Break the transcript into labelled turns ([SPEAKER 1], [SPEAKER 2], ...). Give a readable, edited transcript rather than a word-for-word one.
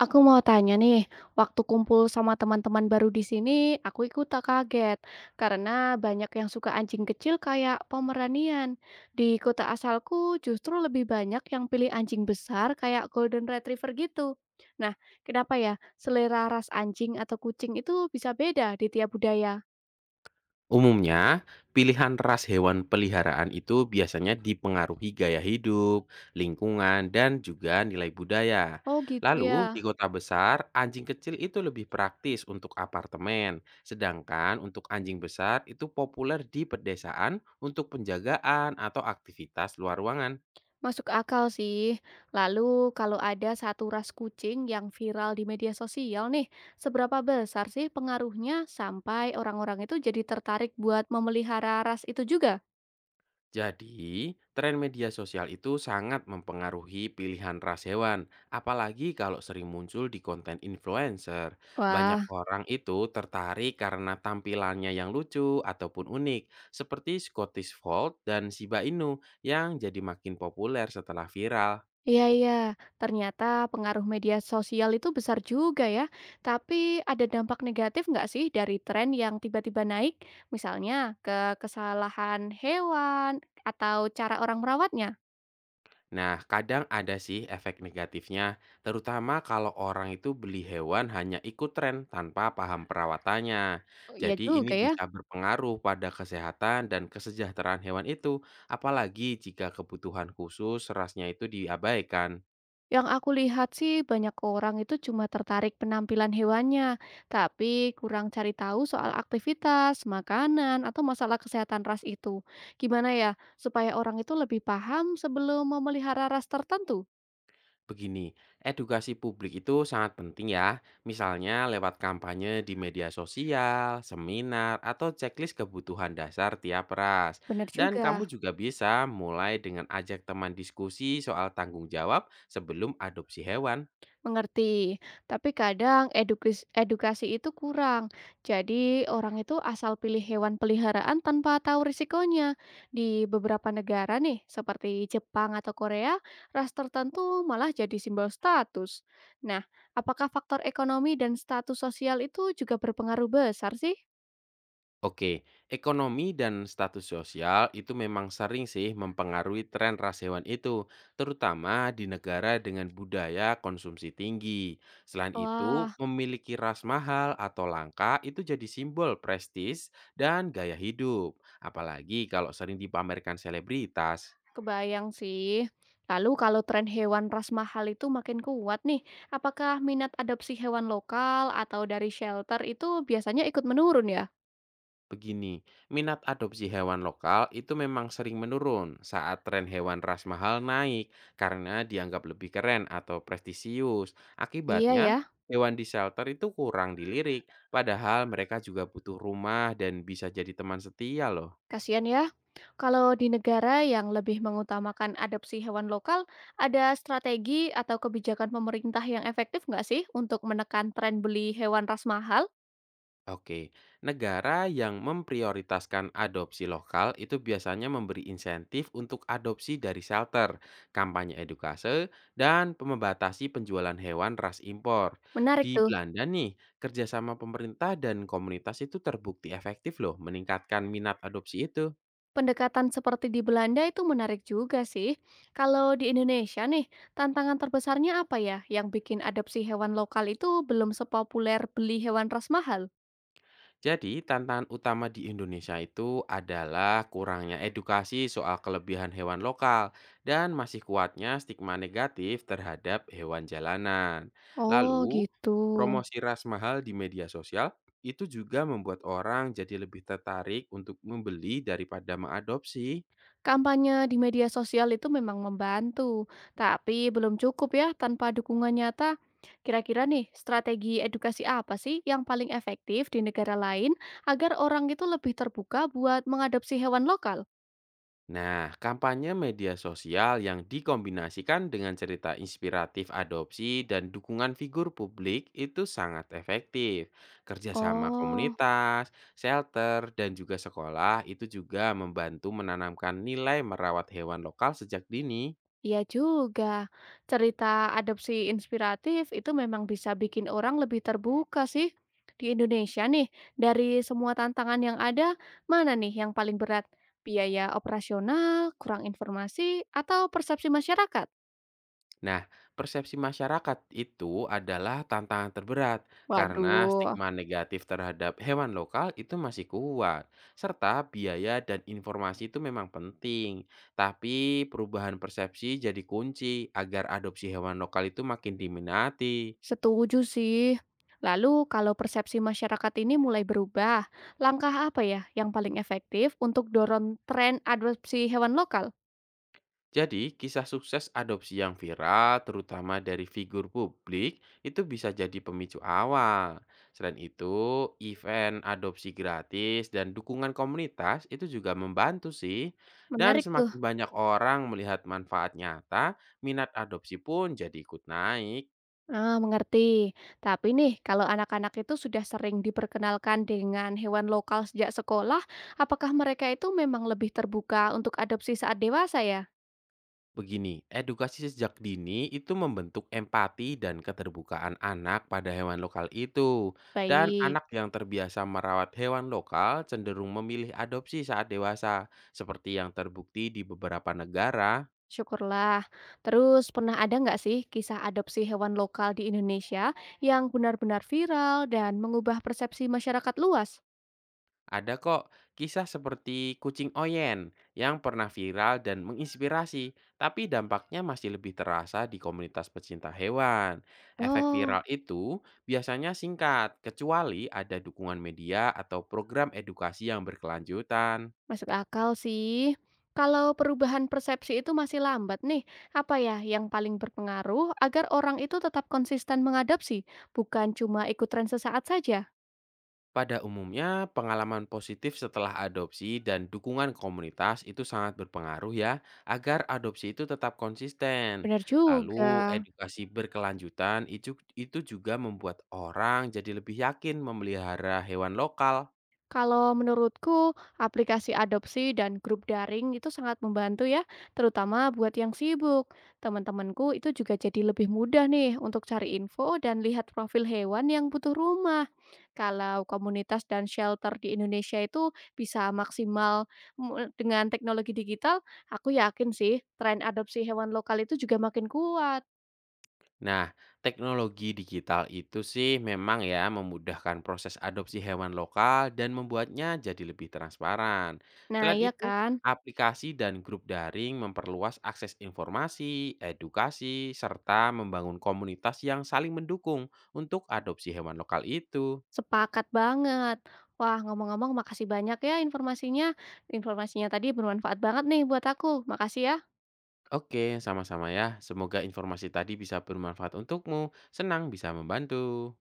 [SPEAKER 1] Aku mau tanya nih, waktu kumpul sama teman-teman baru di sini, aku ikut tak kaget karena banyak yang suka anjing kecil kayak Pomeranian. Di kota asalku justru lebih banyak yang pilih anjing besar kayak Golden Retriever gitu. Nah, kenapa ya selera ras anjing atau kucing itu bisa beda di tiap budaya?
[SPEAKER 2] Umumnya, pilihan ras hewan peliharaan itu biasanya dipengaruhi gaya hidup, lingkungan, dan juga nilai budaya.
[SPEAKER 1] Oh gitu
[SPEAKER 2] Lalu,
[SPEAKER 1] ya.
[SPEAKER 2] di kota besar, anjing kecil itu lebih praktis untuk apartemen, sedangkan untuk anjing besar itu populer di pedesaan untuk penjagaan atau aktivitas luar ruangan.
[SPEAKER 1] Masuk akal sih. Lalu kalau ada satu ras kucing yang viral di media sosial nih, seberapa besar sih pengaruhnya sampai orang-orang itu jadi tertarik buat memelihara ras itu juga?
[SPEAKER 2] Jadi, tren media sosial itu sangat mempengaruhi pilihan ras hewan, apalagi kalau sering muncul di konten influencer.
[SPEAKER 1] Wah,
[SPEAKER 2] Banyak orang itu tertarik karena tampilannya yang lucu ataupun unik, seperti Scottish Fold dan Shiba Inu yang jadi makin populer setelah viral.
[SPEAKER 1] iya iya. Ternyata pengaruh media sosial itu besar juga ya. Tapi ada dampak negatif nggak sih dari tren yang tiba-tiba naik? Misalnya ke kesalahan hewan atau cara orang merawatnya?
[SPEAKER 2] Nah, kadang ada sih efek negatifnya, terutama kalau orang itu beli hewan hanya ikut tren tanpa paham perawatannya.
[SPEAKER 1] Oh, iya
[SPEAKER 2] Jadi ini
[SPEAKER 1] juga ya.
[SPEAKER 2] bisa berpengaruh pada kesehatan dan kesejahteraan hewan itu, apalagi jika kebutuhan khusus rasnya itu diabaikan.
[SPEAKER 1] Yang aku lihat sih banyak orang itu cuma tertarik penampilan hewannya, tapi kurang cari tahu soal aktivitas, makanan, atau masalah kesehatan ras itu. Gimana ya supaya orang itu lebih paham sebelum memelihara ras tertentu?
[SPEAKER 2] Begini, edukasi publik itu sangat penting ya, misalnya lewat kampanye di media sosial, seminar, atau checklist kebutuhan dasar tiap ras.
[SPEAKER 1] Benar
[SPEAKER 2] Dan
[SPEAKER 1] juga.
[SPEAKER 2] kamu juga bisa mulai dengan ajak teman diskusi soal tanggung jawab sebelum adopsi hewan.
[SPEAKER 1] Mengerti, tapi kadang edukasi itu kurang. Jadi orang itu asal pilih hewan peliharaan tanpa tahu risikonya. Di beberapa negara nih, seperti Jepang atau Korea, ras tertentu malah jadi simbol status. Nah, apakah faktor ekonomi dan status sosial itu juga berpengaruh besar sih?
[SPEAKER 2] Oke, ekonomi dan status sosial itu memang sering sih mempengaruhi tren ras hewan itu, terutama di negara dengan budaya konsumsi tinggi. Selain itu,
[SPEAKER 1] Wah,
[SPEAKER 2] memiliki ras mahal atau langka itu jadi simbol prestis dan gaya hidup, apalagi kalau sering dipamerkan selebritas.
[SPEAKER 1] kebayang sih. Lalu kalau tren hewan ras mahal itu makin kuat nih, apakah minat adopsi hewan lokal atau dari shelter itu biasanya ikut menurun ya?
[SPEAKER 2] Begini, minat adopsi hewan lokal itu memang sering menurun saat tren hewan ras mahal naik karena dianggap lebih keren atau prestisius.
[SPEAKER 1] Iya ya,
[SPEAKER 2] Akibatnya, hewan di shelter itu kurang dilirik, padahal mereka juga butuh rumah dan bisa jadi teman setia loh.
[SPEAKER 1] kasihan ya. Kalau di negara yang lebih mengutamakan adopsi hewan lokal, ada strategi atau kebijakan pemerintah yang efektif nggak sih untuk menekan tren beli hewan ras mahal?
[SPEAKER 2] Oke, negara yang memprioritaskan adopsi lokal itu biasanya memberi insentif untuk adopsi dari shelter, kampanye edukase, dan membatasi penjualan hewan ras impor.
[SPEAKER 1] Menarik
[SPEAKER 2] Di
[SPEAKER 1] tuh.
[SPEAKER 2] Belanda nih, kerjasama pemerintah dan komunitas itu terbukti efektif loh meningkatkan minat adopsi itu.
[SPEAKER 1] Pendekatan seperti di Belanda itu menarik juga sih. Kalau di Indonesia nih, tantangan terbesarnya apa ya yang bikin adopsi hewan lokal itu belum sepopuler beli hewan ras mahal?
[SPEAKER 2] Jadi, tantangan utama di Indonesia itu adalah kurangnya edukasi soal kelebihan hewan lokal dan masih kuatnya stigma negatif terhadap hewan jalanan.
[SPEAKER 1] Oh
[SPEAKER 2] Lalu,
[SPEAKER 1] gitu.
[SPEAKER 2] promosi ras mahal di media sosial itu juga membuat orang jadi lebih tertarik untuk membeli daripada mengadopsi.
[SPEAKER 1] Kampanye di media sosial itu memang membantu, tapi belum cukup ya tanpa dukungan nyata. Kira-kira nih, strategi edukasi apa sih yang paling efektif di negara lain agar orang itu lebih terbuka buat mengadopsi hewan lokal?
[SPEAKER 2] Nah, kampanye media sosial yang dikombinasikan dengan cerita inspiratif adopsi dan dukungan figur publik itu sangat efektif. Kerjasama
[SPEAKER 1] Oh.
[SPEAKER 2] komunitas, shelter, dan juga sekolah itu juga membantu menanamkan nilai merawat hewan lokal sejak dini.
[SPEAKER 1] Iya juga, cerita adopsi inspiratif itu memang bisa bikin orang lebih terbuka sih. Di Indonesia nih, dari semua tantangan yang ada, mana nih yang paling berat? Biaya operasional, kurang informasi, atau persepsi masyarakat?
[SPEAKER 2] Nah, persepsi masyarakat itu adalah tantangan terberat karena
[SPEAKER 1] Waduh,
[SPEAKER 2] stigma negatif terhadap hewan lokal itu masih kuat, serta biaya dan informasi itu memang penting. Tapi perubahan persepsi jadi kunci agar adopsi hewan lokal itu makin diminati.
[SPEAKER 1] setuju sih. Lalu kalau persepsi masyarakat ini mulai berubah, langkah apa ya yang paling efektif untuk dorong tren adopsi hewan lokal?
[SPEAKER 2] Jadi, kisah sukses adopsi yang viral, terutama dari figur publik, itu bisa jadi pemicu awal. Selain itu, event adopsi gratis dan dukungan komunitas itu juga membantu sih. Dan
[SPEAKER 1] Menarik tuh.
[SPEAKER 2] semakin banyak orang melihat manfaat nyata, minat adopsi pun jadi ikut naik.
[SPEAKER 1] Ah, mengerti. Tapi nih, kalau anak-anak itu sudah sering diperkenalkan dengan hewan lokal sejak sekolah, apakah mereka itu memang lebih terbuka untuk adopsi saat dewasa ya?
[SPEAKER 2] Begini, edukasi sejak dini itu membentuk empati dan keterbukaan anak pada hewan lokal itu. Dan
[SPEAKER 1] Baik,
[SPEAKER 2] anak yang terbiasa merawat hewan lokal cenderung memilih adopsi saat dewasa, seperti yang terbukti di beberapa negara.
[SPEAKER 1] syukurlah. Terus pernah ada nggak sih kisah adopsi hewan lokal di Indonesia yang benar-benar viral dan mengubah persepsi masyarakat luas?
[SPEAKER 2] Ada kok kisah seperti kucing Oyen yang pernah viral dan menginspirasi, tapi dampaknya masih lebih terasa di komunitas pecinta hewan. Efek
[SPEAKER 1] Oh,
[SPEAKER 2] viral itu biasanya singkat, kecuali ada dukungan media atau program edukasi yang berkelanjutan.
[SPEAKER 1] masuk akal sih. Kalau perubahan persepsi itu masih lambat nih, apa ya yang paling berpengaruh agar orang itu tetap konsisten mengadopsi, bukan cuma ikut tren sesaat saja?
[SPEAKER 2] Pada umumnya, pengalaman positif setelah adopsi dan dukungan komunitas itu sangat berpengaruh ya, agar adopsi itu tetap konsisten.
[SPEAKER 1] Benar
[SPEAKER 2] Lalu,
[SPEAKER 1] juga.
[SPEAKER 2] edukasi berkelanjutan itu juga membuat orang jadi lebih yakin memelihara hewan lokal.
[SPEAKER 1] Kalau menurutku, aplikasi adopsi dan grup daring itu sangat membantu ya, terutama buat yang sibuk. Teman-temanku itu juga jadi lebih mudah nih untuk cari info dan lihat profil hewan yang butuh rumah. Kalau komunitas dan shelter di Indonesia itu bisa maksimal dengan teknologi digital, aku yakin sih tren adopsi hewan lokal itu juga makin kuat.
[SPEAKER 2] Nah, teknologi digital itu sih memang ya memudahkan proses adopsi hewan lokal dan membuatnya jadi lebih transparan.
[SPEAKER 1] Nah,
[SPEAKER 2] Selain
[SPEAKER 1] iya
[SPEAKER 2] itu,
[SPEAKER 1] kan?
[SPEAKER 2] aplikasi dan grup daring memperluas akses informasi, edukasi, serta membangun komunitas yang saling mendukung untuk adopsi hewan lokal itu.
[SPEAKER 1] Sepakat banget. Wah, ngomong-ngomong makasih banyak ya informasinya. Informasinya tadi bermanfaat banget nih buat aku. Makasih ya.
[SPEAKER 2] Oke, sama-sama ya. Semoga informasi tadi bisa bermanfaat untukmu. Senang bisa membantu.